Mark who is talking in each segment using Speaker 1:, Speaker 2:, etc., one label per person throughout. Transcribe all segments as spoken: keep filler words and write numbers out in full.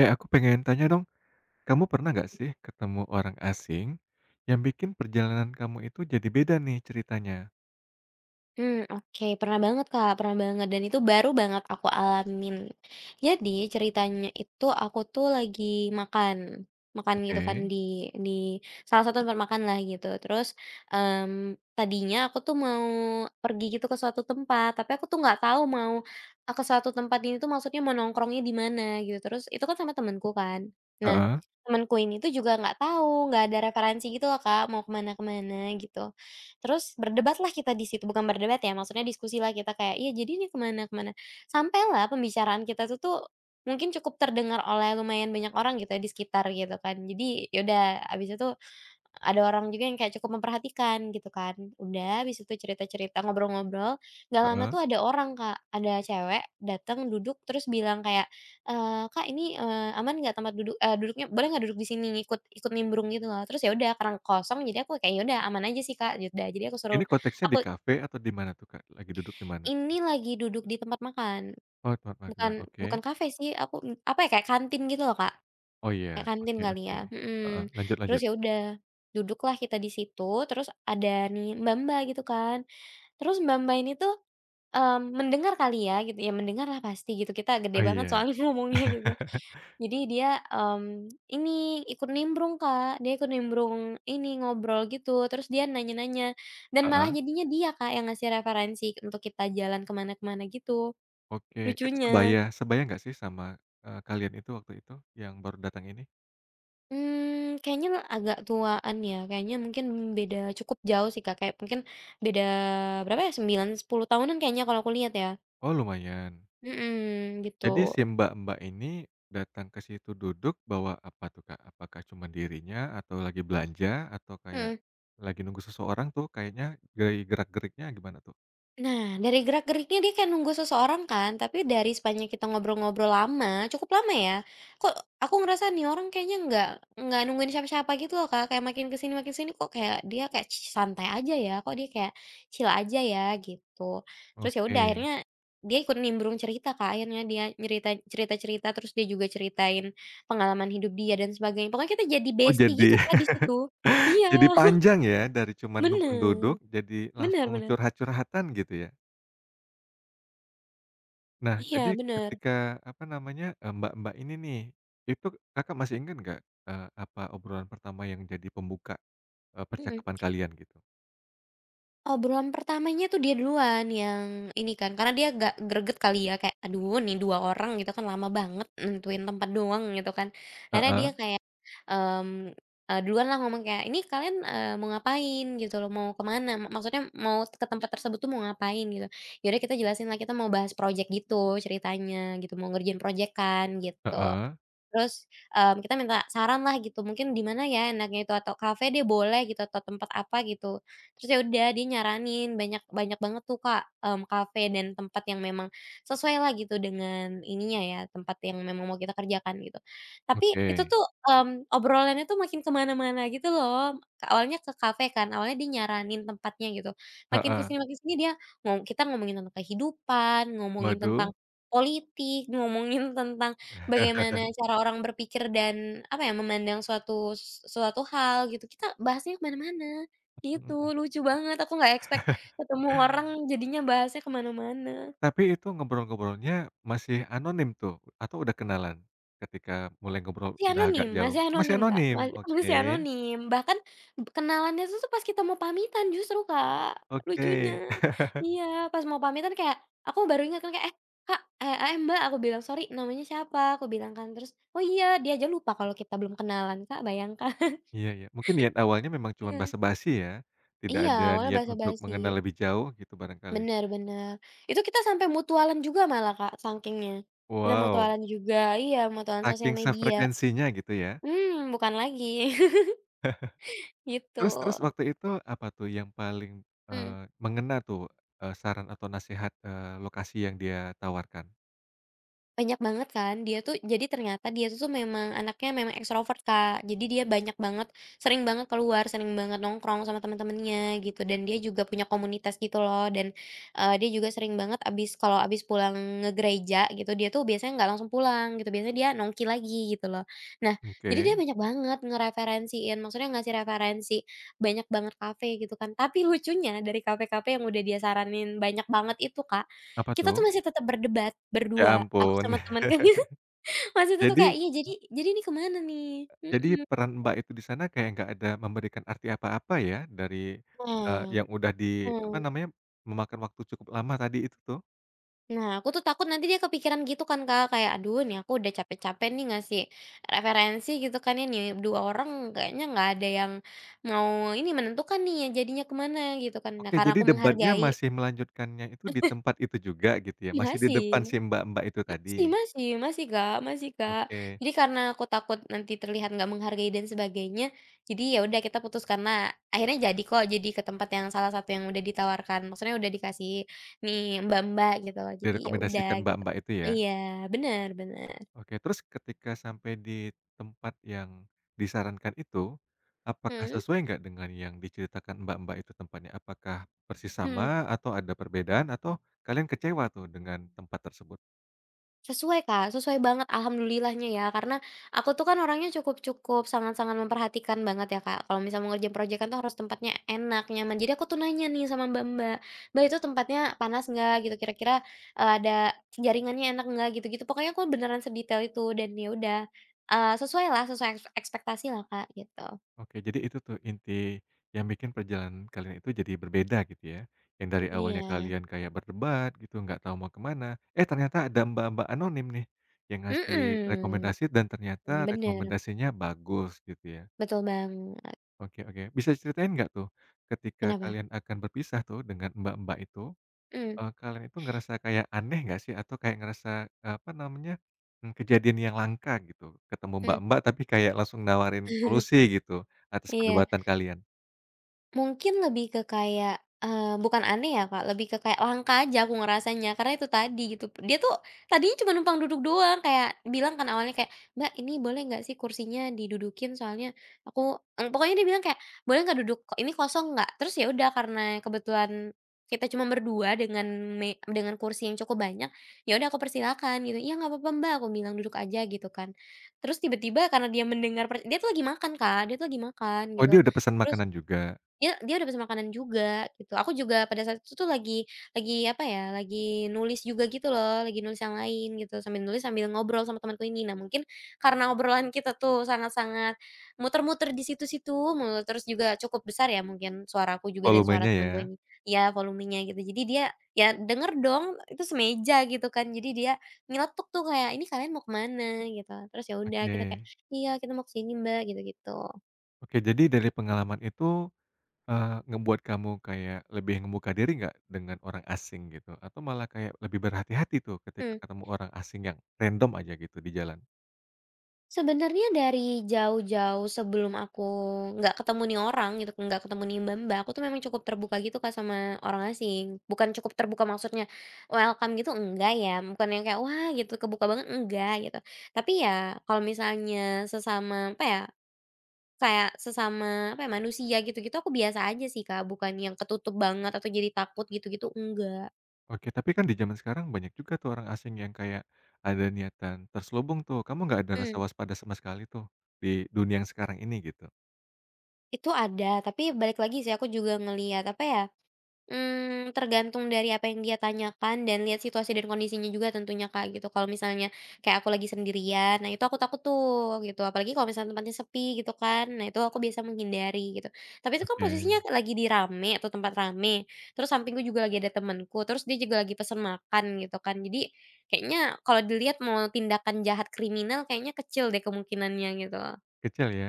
Speaker 1: Eh, aku pengen tanya dong, kamu pernah nggak sih ketemu orang asing yang bikin perjalanan kamu itu jadi beda nih ceritanya?
Speaker 2: Hmm oke, pernah banget, Kak, pernah banget dan itu baru banget aku alamin. Jadi ceritanya itu aku tuh lagi makan, makan gitu kan
Speaker 1: Oke,
Speaker 2: di di salah satu tempat makan lah gitu. Terus, mmm, tadinya aku tuh mau pergi gitu ke suatu tempat, tapi aku tuh nggak tahu mau, eee, ke suatu tempat ini tuh maksudnya mau nongkrongnya di mana gitu. Terus itu kan sama temenku kan. Nah,
Speaker 1: heeh
Speaker 2: temanku ini tuh juga nggak tahu, nggak ada referensi gitu loh, Kak, mau kemana kemana gitu. Terus berdebatlah kita di situ, bukan berdebat ya, maksudnya diskusilah kita kayak, "Iya, jadi ini kemana kemana." Sampailah pembicaraan kita tuh tuh mungkin cukup terdengar oleh lumayan banyak orang gitu ya di sekitar gitu kan. Jadi yaudah abis itu ada orang juga yang kayak cukup memperhatikan gitu kan. Udah habis itu cerita-cerita, ngobrol-ngobrol, nggak lama
Speaker 1: heeh.
Speaker 2: tuh ada orang, Kak, ada cewek datang duduk terus bilang kayak, eee, "Kak ini, eee, aman nggak tempat duduk eee, duduknya boleh nggak duduk di sini?" Ikut ikut nimbrung gitu loh. Terus ya udah karena kosong jadi aku kayak, "Ya udah aman aja sih, Kak." Ya udah jadi aku suruh
Speaker 1: Ini konteksnya di
Speaker 2: aku
Speaker 1: kafe atau di mana tuh, Kak? Lagi duduk di mana?
Speaker 2: ini lagi duduk di tempat makan,
Speaker 1: Oh, tempat
Speaker 2: bukan
Speaker 1: makan, oke.
Speaker 2: bukan kafe sih, aku, apa ya, kayak kantin gitu loh, Kak.
Speaker 1: Oh iya,
Speaker 2: Kayak kantin
Speaker 1: oke
Speaker 2: kali
Speaker 1: oke.
Speaker 2: ya?
Speaker 1: Heeh,
Speaker 2: Mhm.
Speaker 1: lanjut
Speaker 2: Terus
Speaker 1: lanjut.
Speaker 2: ya udah, duduklah kita di situ, terus ada nih mbak-mbak gitu kan. Terus mbak-mbak ini tuh, mmm, mendengar kali ya gitu ya, mendengarlah pasti gitu, kita gede
Speaker 1: Oh
Speaker 2: banget
Speaker 1: iya.
Speaker 2: soalnya ngomongnya gitu. Jadi dia, mmm, ini ikut nimbrung, Kak, dia ikut nimbrung ini, ngobrol gitu, terus dia nanya-nanya, dan malah
Speaker 1: Heeh,
Speaker 2: jadinya dia, Kak, yang ngasih referensi untuk kita jalan ke mana ke mana gitu,
Speaker 1: oke. Itu
Speaker 2: lucunya.
Speaker 1: sebaya sebaya nggak sih sama, eee, kalian itu waktu itu yang baru datang ini?
Speaker 2: Mmm, kayaknya agak tuaan ya, kayaknya mungkin beda cukup jauh sih Kak, kayak mungkin beda berapa ya, sembilan, sepuluh tahunan kayaknya kalau aku lihat ya.
Speaker 1: Oh lumayan.
Speaker 2: Mhm, gitu.
Speaker 1: Jadi si mbak-mbak ini datang ke situ duduk bawa apa tuh, Kak? Apakah cuma dirinya atau lagi belanja atau kayak
Speaker 2: Mhm.
Speaker 1: lagi nunggu seseorang tuh kayaknya dari gerak-geriknya gimana tuh?
Speaker 2: Nah, dari gerak-geriknya dia kayak nunggu seseorang kan, tapi dari sepanjang kita ngobrol-ngobrol lama, cukup lama ya, kok aku ngerasa nih orang kayaknya nggak nggak nungguin siapa-siapa gitu loh Kak, kayak makin kesini makin sini kok kayak dia kayak ci santai aja ya, kok dia kayak chill aja ya gitu. Terus ya
Speaker 1: Oke.
Speaker 2: udah akhirnya dia ikut nimbrung cerita Kak, akhirnya dia nyerita cerita-cerita, terus dia juga ceritain pengalaman hidup dia dan sebagainya. Pokoknya kita jadi
Speaker 1: Oh
Speaker 2: bestie gitu
Speaker 1: jadi
Speaker 2: Kak di situ. Iya,
Speaker 1: jadi panjang ya dari cuma numpang duduk
Speaker 2: bener,
Speaker 1: jadi
Speaker 2: bener
Speaker 1: langsung
Speaker 2: bener.
Speaker 1: curhat-curhatan gitu ya? Nah,
Speaker 2: Iya,
Speaker 1: jadi
Speaker 2: bener,
Speaker 1: ketika apa namanya, eee, mbak-mbak ini nih, itu Kakak masih ingat nggak, eee, apa obrolan pertama yang jadi pembuka, eee,
Speaker 2: mhm.
Speaker 1: percakapan kalian gitu?
Speaker 2: Obrolan pertamanya tuh dia duluan yang ini kan, karena dia agak greget kali ya, kayak, "Aduh nih dua orang," gitu kan, "lama banget nentuin tempat doang," gitu kan. Akhirnya dia
Speaker 1: Heeh
Speaker 2: kayak, mmm, eee, duluan lah ngomong kayak, "Ini kalian, eee, mau ngapain?" Gitu loh, "Mau kemana mana?" Maksudnya mau ke tempat tersebut tuh mau ngapain gitu. Ya udah kita jelasin lah, kita mau bahas project gitu ceritanya gitu, mau ngerjain project kan gitu.
Speaker 1: heeh,
Speaker 2: Terus, mmm, kita minta saran lah gitu, mungkin di mana ya enaknya itu, atau kafe dia boleh gitu, atau tempat apa gitu. Terus ya udah dia nyaranin banyak banyak banget tuh Kak, mmm, kafe dan tempat yang memang sesuai lah gitu dengan ininya ya, tempat yang memang mau kita kerjakan gitu. Tapi
Speaker 1: oke,
Speaker 2: itu tuh, mmm, obrolannya tuh makin kemana mana gitu loh. Ke- Awalnya ke kafe kan, awalnya dia nyaranin tempatnya gitu. Makin ke
Speaker 1: heeh.
Speaker 2: sini makin sini dia ngo kita ngomongin tentang kehidupan, ngomongin
Speaker 1: Waduh.
Speaker 2: tentang politik, ngomongin tentang bagaimana cara orang berpikir dan, apa ya, memandang suatu suatu hal gitu, kita bahasnya kemana mana
Speaker 1: Mhm
Speaker 2: gitu,
Speaker 1: mhm.
Speaker 2: lucu banget, aku nggak expect ketemu orang jadinya bahasnya kemana mana-mana.
Speaker 1: Tapi itu ngobrol-ngobrolnya masih anonim tuh atau udah kenalan? Ketika mulai ngobrol
Speaker 2: Masih
Speaker 1: udah agak
Speaker 2: anonim
Speaker 1: jauh?
Speaker 2: masih
Speaker 1: Masih
Speaker 2: anonim, Kak,
Speaker 1: anonim?
Speaker 2: ma masih
Speaker 1: Oke
Speaker 2: anonim, bahkan kenalannya itu tuh pas kita mau pamitan justru, Kak,
Speaker 1: oke.
Speaker 2: lucunya. Iya, pas mau pamitan kayak, aku baru ingat kan kayak, "Eh, Kak, eh eh, eh, Mbak," aku bilang, "Sorry, namanya siapa?" Aku bilang kan, terus, "Oh iya, dia aja lupa kalau kita belum kenalan, Kak, bayangkan."
Speaker 1: Iya iya. Mungkin niat awalnya memang cuma
Speaker 2: Iya.
Speaker 1: basa-basi ya? Tidak
Speaker 2: Iya,
Speaker 1: ada
Speaker 2: awalnya
Speaker 1: niat untuk
Speaker 2: basa-basi.
Speaker 1: mengenal lebih jauh gitu barangkali?
Speaker 2: Bener bener. Itu kita sampai mutualan juga malah, Kak, sakingnya. Kita
Speaker 1: Wow,
Speaker 2: mutualan juga iya, mutualan sosial
Speaker 1: saking
Speaker 2: media.
Speaker 1: sefrekuensinya gitu ya?
Speaker 2: Mmm, bukan lagi, gitu.
Speaker 1: Terus terus waktu itu apa tuh yang paling,
Speaker 2: Mhm.
Speaker 1: eee, mengena tuh, eee, saran atau nasihat, eee, lokasi yang dia tawarkan?
Speaker 2: Banyak banget kan, dia tuh jadi ternyata dia tuh tuh memang anaknya memang ekstrovert, Kak. Jadi dia banyak banget sering banget keluar, sering banget nongkrong sama teman-temannya gitu, dan dia juga punya komunitas gitu loh dan, eee, dia juga sering banget abis kalau abis pulang ngegereja gitu, dia tuh biasanya nggak langsung pulang gitu, biasanya dia nongki lagi gitu loh. Nah, jadi
Speaker 1: Oke,
Speaker 2: dia banyak banget ngereferensiin, maksudnya ngasih referensi banyak banget kafe gitu kan. Tapi lucunya dari kafe-kafe yang udah dia saranin banyak banget itu, Kak,
Speaker 1: apa
Speaker 2: kita tuh
Speaker 1: tuh?
Speaker 2: masih tetap berdebat
Speaker 1: Ya
Speaker 2: berdua, aku
Speaker 1: ampun.
Speaker 2: sama temanku masih tetap kayak,
Speaker 1: Jadi
Speaker 2: "Iya jadi jadi ini kemana nih?"
Speaker 1: jadi
Speaker 2: Mhm.
Speaker 1: peran Mbak itu di sana kayak nggak ada memberikan arti apa-apa ya dari, eee,
Speaker 2: Nah,
Speaker 1: yang udah di apa
Speaker 2: mhm.
Speaker 1: namanya, memakan waktu cukup lama tadi itu tuh?
Speaker 2: Nah aku tuh takut nanti dia kepikiran gitu kan Kak, kayak, "Aduh nih aku udah capek-capek nih ngasih referensi gitu kan ya, nih dua orang kayaknya nggak ada yang mau ini menentukan nih jadinya ke mana," gitu kan. Nah
Speaker 1: Oke,
Speaker 2: karena
Speaker 1: jadi
Speaker 2: aku
Speaker 1: debatnya
Speaker 2: menghargai,
Speaker 1: masih melanjutkannya itu di tempat itu juga gitu ya?
Speaker 2: iya
Speaker 1: Masih di depan
Speaker 2: sih.
Speaker 1: si mbak-mbak itu tadi?
Speaker 2: Masih masih masih, Kak, masih, Kak.
Speaker 1: Oke,
Speaker 2: Jadi karena aku takut nanti terlihat nggak menghargai dan sebagainya, jadi ya udah kita putus karena akhirnya jadi kok, jadi ke tempat yang salah satu yang udah ditawarkan, maksudnya udah dikasih nih Mbak-mbak gitu loh, jadi ya udah
Speaker 1: direkomendasikan
Speaker 2: gitu.
Speaker 1: mbak-mbak itu ya?
Speaker 2: Iya, benar bener.
Speaker 1: Oke, terus ketika sampai di tempat yang disarankan itu, apakah
Speaker 2: Mhm.
Speaker 1: sesuai nggak dengan yang diceritakan Mbak-Mbak itu tempatnya? Apakah persis sama atau ada perbedaan atau kalian kecewa tuh dengan tempat tersebut?
Speaker 2: Sesuai, Kak, sesuai banget alhamdulillahnya ya, karena aku tuh kan orangnya cukup cukup sangat-sangat memperhatikan banget ya, Kak, kalau misalnya mau ngerjain projekan tuh harus tempatnya enak, nyaman. Jadi aku tuh nanya nih sama Mbak-mbak, "Mbak, itu tempatnya panas nggak?" Gitu, "Kira-kira, eee, ada jaringannya enak nggak?" Gitu-gitu. Pokoknya aku beneran sedetail itu dan ya udah, eh, sesuai lah sesuai eks ekspektasi lah Kak, gitu.
Speaker 1: Oke, jadi itu tuh inti yang bikin perjalanan kalian itu jadi berbeda gitu ya. Yang dari awalnya
Speaker 2: Iya.
Speaker 1: kalian kayak berdebat gitu, nggak tahu mau kemana. Eh, ternyata ada Mbak-Mbak anonim nih yang ngasih
Speaker 2: Mhm,
Speaker 1: rekomendasi dan ternyata
Speaker 2: bener,
Speaker 1: rekomendasinya bagus gitu ya.
Speaker 2: betul banget.
Speaker 1: Oke oke. Bisa ceritain nggak tuh, ketika
Speaker 2: Kenapa?
Speaker 1: kalian akan berpisah tuh dengan mbak-mbak itu,
Speaker 2: Mhm,
Speaker 1: eee, kalian itu ngerasa kayak aneh nggak sih? Atau kayak ngerasa, eee, apa namanya, mmm, kejadian yang langka gitu, ketemu
Speaker 2: mhm.
Speaker 1: mbak-mbak tapi kayak langsung nawarin solusi gitu, atas
Speaker 2: Iya.
Speaker 1: perdebatan kalian?
Speaker 2: Mungkin lebih ke kayak, eee, bukan aneh ya Kak, lebih ke kayak langka aja aku ngerasanya, karena itu tadi gitu, dia tuh tadinya cuma numpang duduk doang, kayak bilang kan awalnya kayak, "Mbak, ini boleh nggak sih kursinya didudukin soalnya aku," eee, pokoknya dia bilang kayak, "Boleh nggak duduk kok ini kosong nggak?" Terus ya udah karena kebetulan kita cuma berdua dengan me dengan kursi yang cukup banyak, ya udah aku persilakan gitu, "Iya nggak apa-apa Mbak," aku bilang, "duduk aja," gitu kan. Terus tiba-tiba karena dia mendengar per dia tuh lagi makan Kak, dia tuh lagi makan
Speaker 1: Oh,
Speaker 2: gitu,
Speaker 1: dia udah pesan
Speaker 2: terus
Speaker 1: makanan juga?
Speaker 2: dia dia udah pesen makanan juga gitu. Aku juga pada saat itu tuh lagi lagi apa ya, lagi nulis juga gitu loh, lagi nulis yang lain gitu, sambil nulis sambil ngobrol sama temanku ini. Nah mungkin karena obrolan kita tuh sangat-sangat muter-muter di situ-situ mulu, terus juga cukup besar ya mungkin suaraku juga dan suara
Speaker 1: Volumenya
Speaker 2: temanku
Speaker 1: ya?
Speaker 2: ini. Ya volumenya gitu, jadi dia ya denger dong itu semeja gitu kan, jadi dia nyeletuk tuh kayak, "Ini kalian mau ke mana?" Gitu. Terus ya udah kita kayak,
Speaker 1: Oke.
Speaker 2: "Iya kita mau ke sini Mbak," gitu-gitu.
Speaker 1: Oke, jadi dari pengalaman itu Eee, ngebuat kamu kayak lebih ngebuka diri nggak dengan orang asing gitu? Atau malah kayak lebih berhati-hati tuh ketika
Speaker 2: Hmm.
Speaker 1: ketemu orang asing yang random aja gitu di jalan?
Speaker 2: Sebenarnya dari jauh-jauh sebelum aku nggak ketemu nih orang gitu, nggak ketemu nih Mbak-mbak, aku tuh memang cukup terbuka gitu Kak sama orang asing. Bukan cukup terbuka maksudnya welcome gitu enggak ya, bukan yang kayak wah gitu kebuka banget enggak gitu. Tapi ya kalau misalnya sesama apa ya, kayak sesama apa ya, manusia gitu-gitu aku biasa aja sih Kak, bukan yang ketutup banget atau jadi takut gitu-gitu enggak.
Speaker 1: Oke, tapi kan di zaman sekarang banyak juga tuh orang asing yang kayak ada niatan terselubung tuh, kamu nggak ada rasa
Speaker 2: Hmm
Speaker 1: waspada sama sekali tuh di dunia yang sekarang ini gitu?
Speaker 2: itu ada tapi balik lagi sih aku juga ngelihat apa ya. Mmm, tergantung dari apa yang dia tanyakan dan lihat situasi dan kondisinya juga tentunya, Kak, gitu. Kalau misalnya kayak aku lagi sendirian, nah itu aku takut tuh gitu, apalagi kalau misalnya tempatnya sepi gitu kan. Nah itu aku biasa menghindari gitu. Tapi itu kan
Speaker 1: Oke,
Speaker 2: posisinya lagi di rame atau tempat rame, terus sampingku juga lagi ada temenku, terus dia juga lagi pesen makan gitu kan. Jadi kayaknya kalau dilihat mau tindakan jahat kriminal kayaknya kecil deh kemungkinannya gitu.
Speaker 1: kecil ya?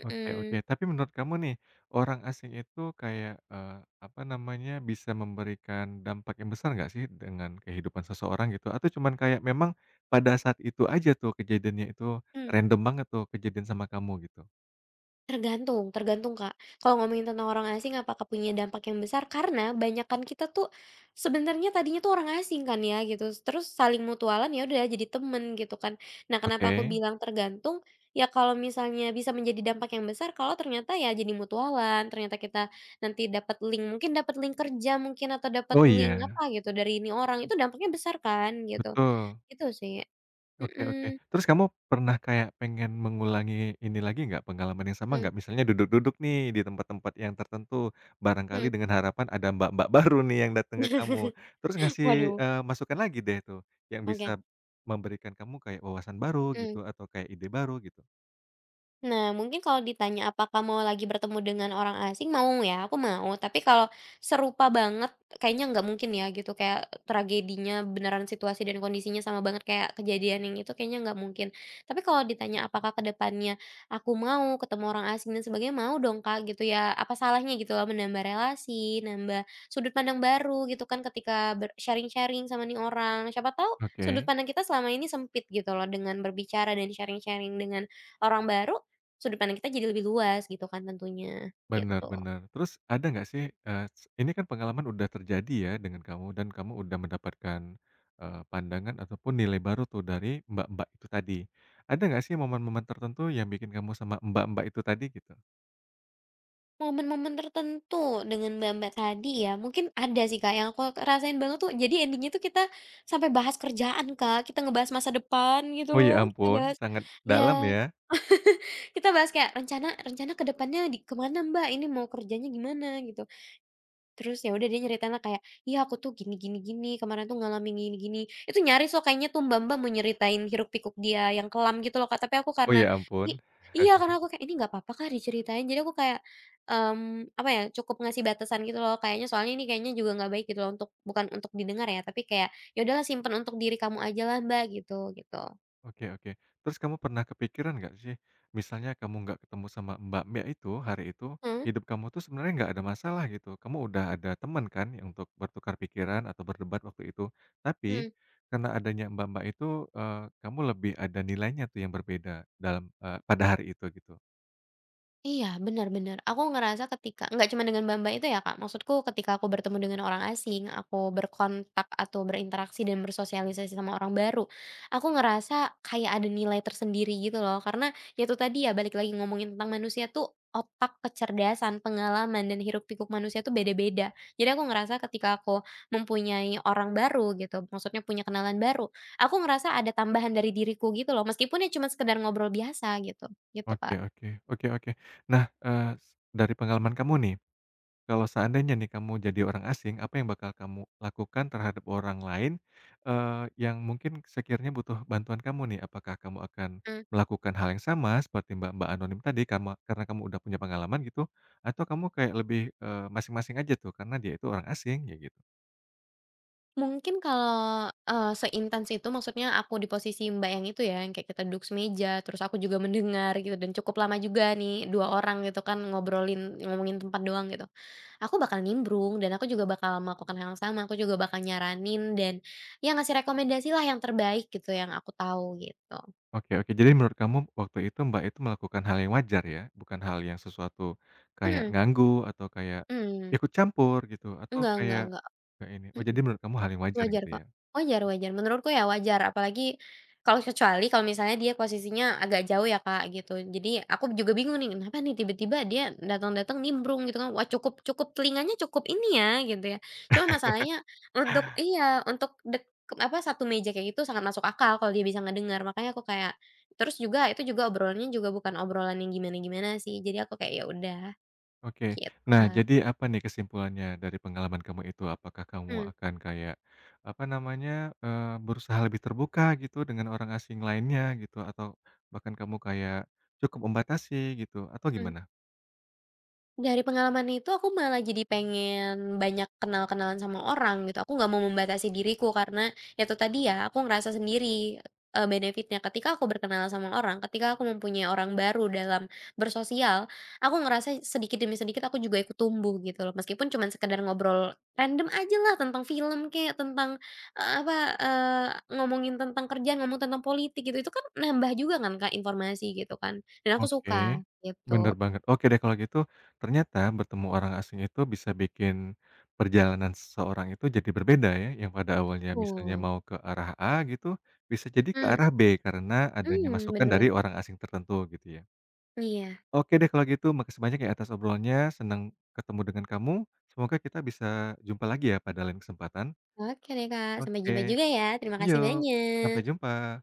Speaker 1: Oke oke. Tapi menurut kamu nih, orang asing itu kayak, eee, apa namanya, bisa memberikan dampak yang besar nggak sih dengan kehidupan seseorang gitu? Atau cuman kayak memang pada saat itu aja tuh kejadiannya itu random banget tuh kejadian sama kamu gitu?
Speaker 2: Tergantung tergantung, Kak. Kalau ngomongin tentang orang asing apakah punya dampak yang besar, karena banyakan kita tuh sebenarnya tadinya tuh orang asing kan ya gitu, terus saling mutualan ya udah jadi temen gitu kan. Nah kenapa aku
Speaker 1: Oke.
Speaker 2: bilang tergantung, ya kalau misalnya bisa menjadi dampak yang besar kalau ternyata ya jadi mutualan, ternyata kita nanti dapat link, mungkin dapat link kerja mungkin atau dapat
Speaker 1: Oh
Speaker 2: link apa
Speaker 1: iya,
Speaker 2: gitu dari ini orang, itu dampaknya besar kan gitu.
Speaker 1: betul.
Speaker 2: Itu sih.
Speaker 1: Oke oke.
Speaker 2: Mhm,
Speaker 1: Terus kamu pernah kayak pengen mengulangi ini lagi nggak, pengalaman yang sama
Speaker 2: mmm,
Speaker 1: nggak? Misalnya duduk-duduk nih di tempat-tempat yang tertentu,
Speaker 2: mhm.
Speaker 1: barangkali dengan harapan ada mbak-mbak baru nih yang datang ke kamu, terus ngasih,
Speaker 2: Waduh,
Speaker 1: eee, masukan lagi deh tuh, yang
Speaker 2: oke,
Speaker 1: bisa memberikan kamu kayak wawasan baru
Speaker 2: mmm.
Speaker 1: gitu, atau kayak ide baru gitu?
Speaker 2: Nah, mungkin kalau ditanya apakah mau lagi bertemu dengan orang asing, mau ya, aku mau. Tapi kalau serupa banget kayaknya nggak mungkin ya gitu, kayak tragedinya beneran situasi dan kondisinya sama banget kayak kejadian yang itu kayaknya nggak mungkin. Tapi kalau ditanya apakah ke depannya aku mau ketemu orang asing dan sebagainya, mau dong Kak gitu ya. Apa salahnya gitu loh menambah relasi, nambah sudut pandang baru gitu kan ketika ber- sharing-sharing sama nih orang. Siapa tahu sudut
Speaker 1: Oke.
Speaker 2: pandang kita selama ini sempit gitu loh dengan berbicara dan sharing-sharing dengan orang baru. Sudut pandang kita jadi lebih luas gitu kan tentunya, gitu.
Speaker 1: Benar-benar. Terus ada nggak sih, eee, s ini kan pengalaman udah terjadi ya dengan kamu dan kamu udah mendapatkan, eee, pandangan ataupun nilai baru tuh dari mbak-mbak itu tadi. Ada nggak sih momen-momen tertentu yang bikin kamu sama mbak-mbak itu tadi gitu?
Speaker 2: Momen-momen tertentu dengan Mbak Mbak tadi ya, mungkin ada sih Kak yang aku rasain banget tuh jadi endingnya tuh kita sampai bahas kerjaan Kak, kita ngebahas masa depan gitu
Speaker 1: Oh
Speaker 2: loh,
Speaker 1: ya
Speaker 2: kita
Speaker 1: ampun,
Speaker 2: bahas
Speaker 1: sangat
Speaker 2: ya
Speaker 1: dalam ya?
Speaker 2: kita bahas kayak rencana rencana ke depannya di kemana Mbak, ini mau kerjanya gimana gitu. Terus ya udah dia nyeritain lah kayak, "Iya aku tuh gini gini gini, kemarin tuh ngalamin gini gini." Itu nyaris loh kayaknya tuh Mbak-mbak mau nyeritain hiruk-pikuk dia yang kelam gitu loh Kak, tapi aku
Speaker 1: Oh
Speaker 2: karena
Speaker 1: ya
Speaker 2: i
Speaker 1: ampun.
Speaker 2: iya karena aku kayak, "Ini nggak apa-apa kah diceritain?" Jadi aku kayak, mmm, apa ya, cukup ngasih batasan gitu loh kayaknya soalnya ini kayaknya juga nggak baik gitu loh untuk bukan untuk didengar ya, tapi kayak, "Ya udahlah simpen untuk diri kamu aja lah Mbak," gitu gitu.
Speaker 1: Oke oke. Terus kamu pernah kepikiran nggak sih, misalnya kamu nggak ketemu sama mbak-mbak itu hari itu,
Speaker 2: hmm
Speaker 1: hidup kamu tuh sebenarnya nggak ada masalah gitu. Kamu udah ada teman kan yang untuk bertukar pikiran atau berdebat waktu itu. Tapi karena adanya mbak-mbak itu, eee, kamu lebih ada nilainya tuh yang berbeda dalam, eee, pada hari itu gitu.
Speaker 2: Iya, benar-benar. Aku ngerasa ketika nggak cuma dengan Bamba itu ya, Kak, maksudku ketika aku bertemu dengan orang asing, aku berkontak atau berinteraksi dan bersosialisasi sama orang baru, aku ngerasa kayak ada nilai tersendiri gitu loh. Karena ya itu tadi ya, balik lagi ngomongin tentang manusia tuh otak, kecerdasan, pengalaman, dan hiruk-pikuk manusia tuh beda-beda. Jadi aku ngerasa ketika aku mempunyai orang baru gitu, maksudnya punya kenalan baru, aku ngerasa ada tambahan dari diriku gitu loh, meskipun ya cuma sekedar ngobrol biasa gitu, gitu,
Speaker 1: Oke
Speaker 2: Kak.
Speaker 1: oke, oke oke. Nah, eee, s dari pengalaman kamu nih, kalau seandainya nih kamu jadi orang asing, apa yang bakal kamu lakukan terhadap orang lain, eee, yang mungkin sekiranya butuh bantuan kamu nih? Apakah kamu akan
Speaker 2: Mmm.
Speaker 1: melakukan hal yang sama seperti Mbak-mbak anonim tadi karma karena kamu udah punya pengalaman gitu? Atau kamu kayak lebih, eee, masing-masing aja tuh karena dia itu orang asing ya gitu?
Speaker 2: Mungkin kalau, eee, seintens itu maksudnya aku di posisi Mbak yang itu ya, yang kayak kita duduk semeja, terus aku juga mendengar gitu dan cukup lama juga nih dua orang gitu kan ngobrolin ngomongin tempat doang gitu. Aku bakal nimbrung dan aku juga bakal melakukan hal yang sama, aku juga bakal nyaranin dan ya ngasih rekomendasi lah yang terbaik gitu yang aku tahu gitu.
Speaker 1: Oke oke, jadi menurut kamu waktu itu Mbak itu melakukan hal yang wajar ya? Bukan hal yang sesuatu kayak
Speaker 2: Mhm,
Speaker 1: nganggu atau kayak
Speaker 2: mhm.
Speaker 1: ikut campur gitu atau
Speaker 2: Enggak enggak
Speaker 1: kayak
Speaker 2: enggak.
Speaker 1: kayak ini, oh
Speaker 2: Mhm.
Speaker 1: jadi menurut kamu hal yang wajar
Speaker 2: Wajar
Speaker 1: gitu ya?
Speaker 2: kok wajar wajar, menurutku ya wajar, apalagi kalau kecuali kalau misalnya dia posisinya agak jauh ya Kak, gitu. Jadi aku juga bingung nih, kenapa nih tiba-tiba dia datang-datang nimbrung gitu kan, wah cukup cukup telinganya cukup ini ya, gitu ya. Cuma masalahnya untuk iya, untuk dek apa, satu meja kayak gitu sangat masuk akal kalau dia bisa ngedengar, makanya aku kayak terus juga itu juga obrolannya juga bukan obrolan yang gimana-gimana sih, jadi aku kayak, ya udah,
Speaker 1: Oke.
Speaker 2: gitu
Speaker 1: Nah,
Speaker 2: Kak.
Speaker 1: jadi apa nih kesimpulannya dari pengalaman kamu itu? Apakah kamu
Speaker 2: Mhm,
Speaker 1: akan kayak, apa namanya, eee, berusaha lebih terbuka gitu dengan orang asing lainnya gitu? Atau bahkan kamu kayak cukup membatasi gitu atau
Speaker 2: mhm.
Speaker 1: gimana?
Speaker 2: Dari pengalaman itu aku malah jadi pengen banyak kenal-kenalan sama orang gitu, aku nggak mau membatasi diriku karena, ya itu tadi ya, aku ngerasa sendiri, eee, benefitnya ketika aku berkenalan sama orang, ketika aku mempunyai orang baru dalam bersosial, aku ngerasa sedikit demi sedikit aku juga ikut tumbuh gitu loh, meskipun cuman sekedar ngobrol random aja lah tentang film kayak tentang, eee, apa, eee, ngomongin tentang kerjaan, ngomong tentang politik gitu, itu kan nambah juga kan Kak informasi gitu kan, dan aku
Speaker 1: Oke,
Speaker 2: suka,
Speaker 1: bener
Speaker 2: gitu.
Speaker 1: banget. Oke deh kalau gitu, ternyata bertemu orang asing itu bisa bikin perjalanan seseorang itu jadi berbeda ya, yang pada awalnya misalnya
Speaker 2: Betul.
Speaker 1: mau ke arah A gitu, bisa jadi ke
Speaker 2: Mhm.
Speaker 1: arah B karena adanya
Speaker 2: Hmm
Speaker 1: masukan
Speaker 2: bener
Speaker 1: dari
Speaker 2: banget.
Speaker 1: orang asing tertentu gitu ya?
Speaker 2: Iya.
Speaker 1: Oke deh kalau gitu, makasih banyak ya atas obrolannya, senang ketemu dengan kamu. Semoga kita bisa jumpa lagi ya pada lain kesempatan.
Speaker 2: Oke deh, Kak, sampai
Speaker 1: Oke,
Speaker 2: jumpa juga ya. Terima kasih
Speaker 1: yuk sampai
Speaker 2: banyak.
Speaker 1: jumpa.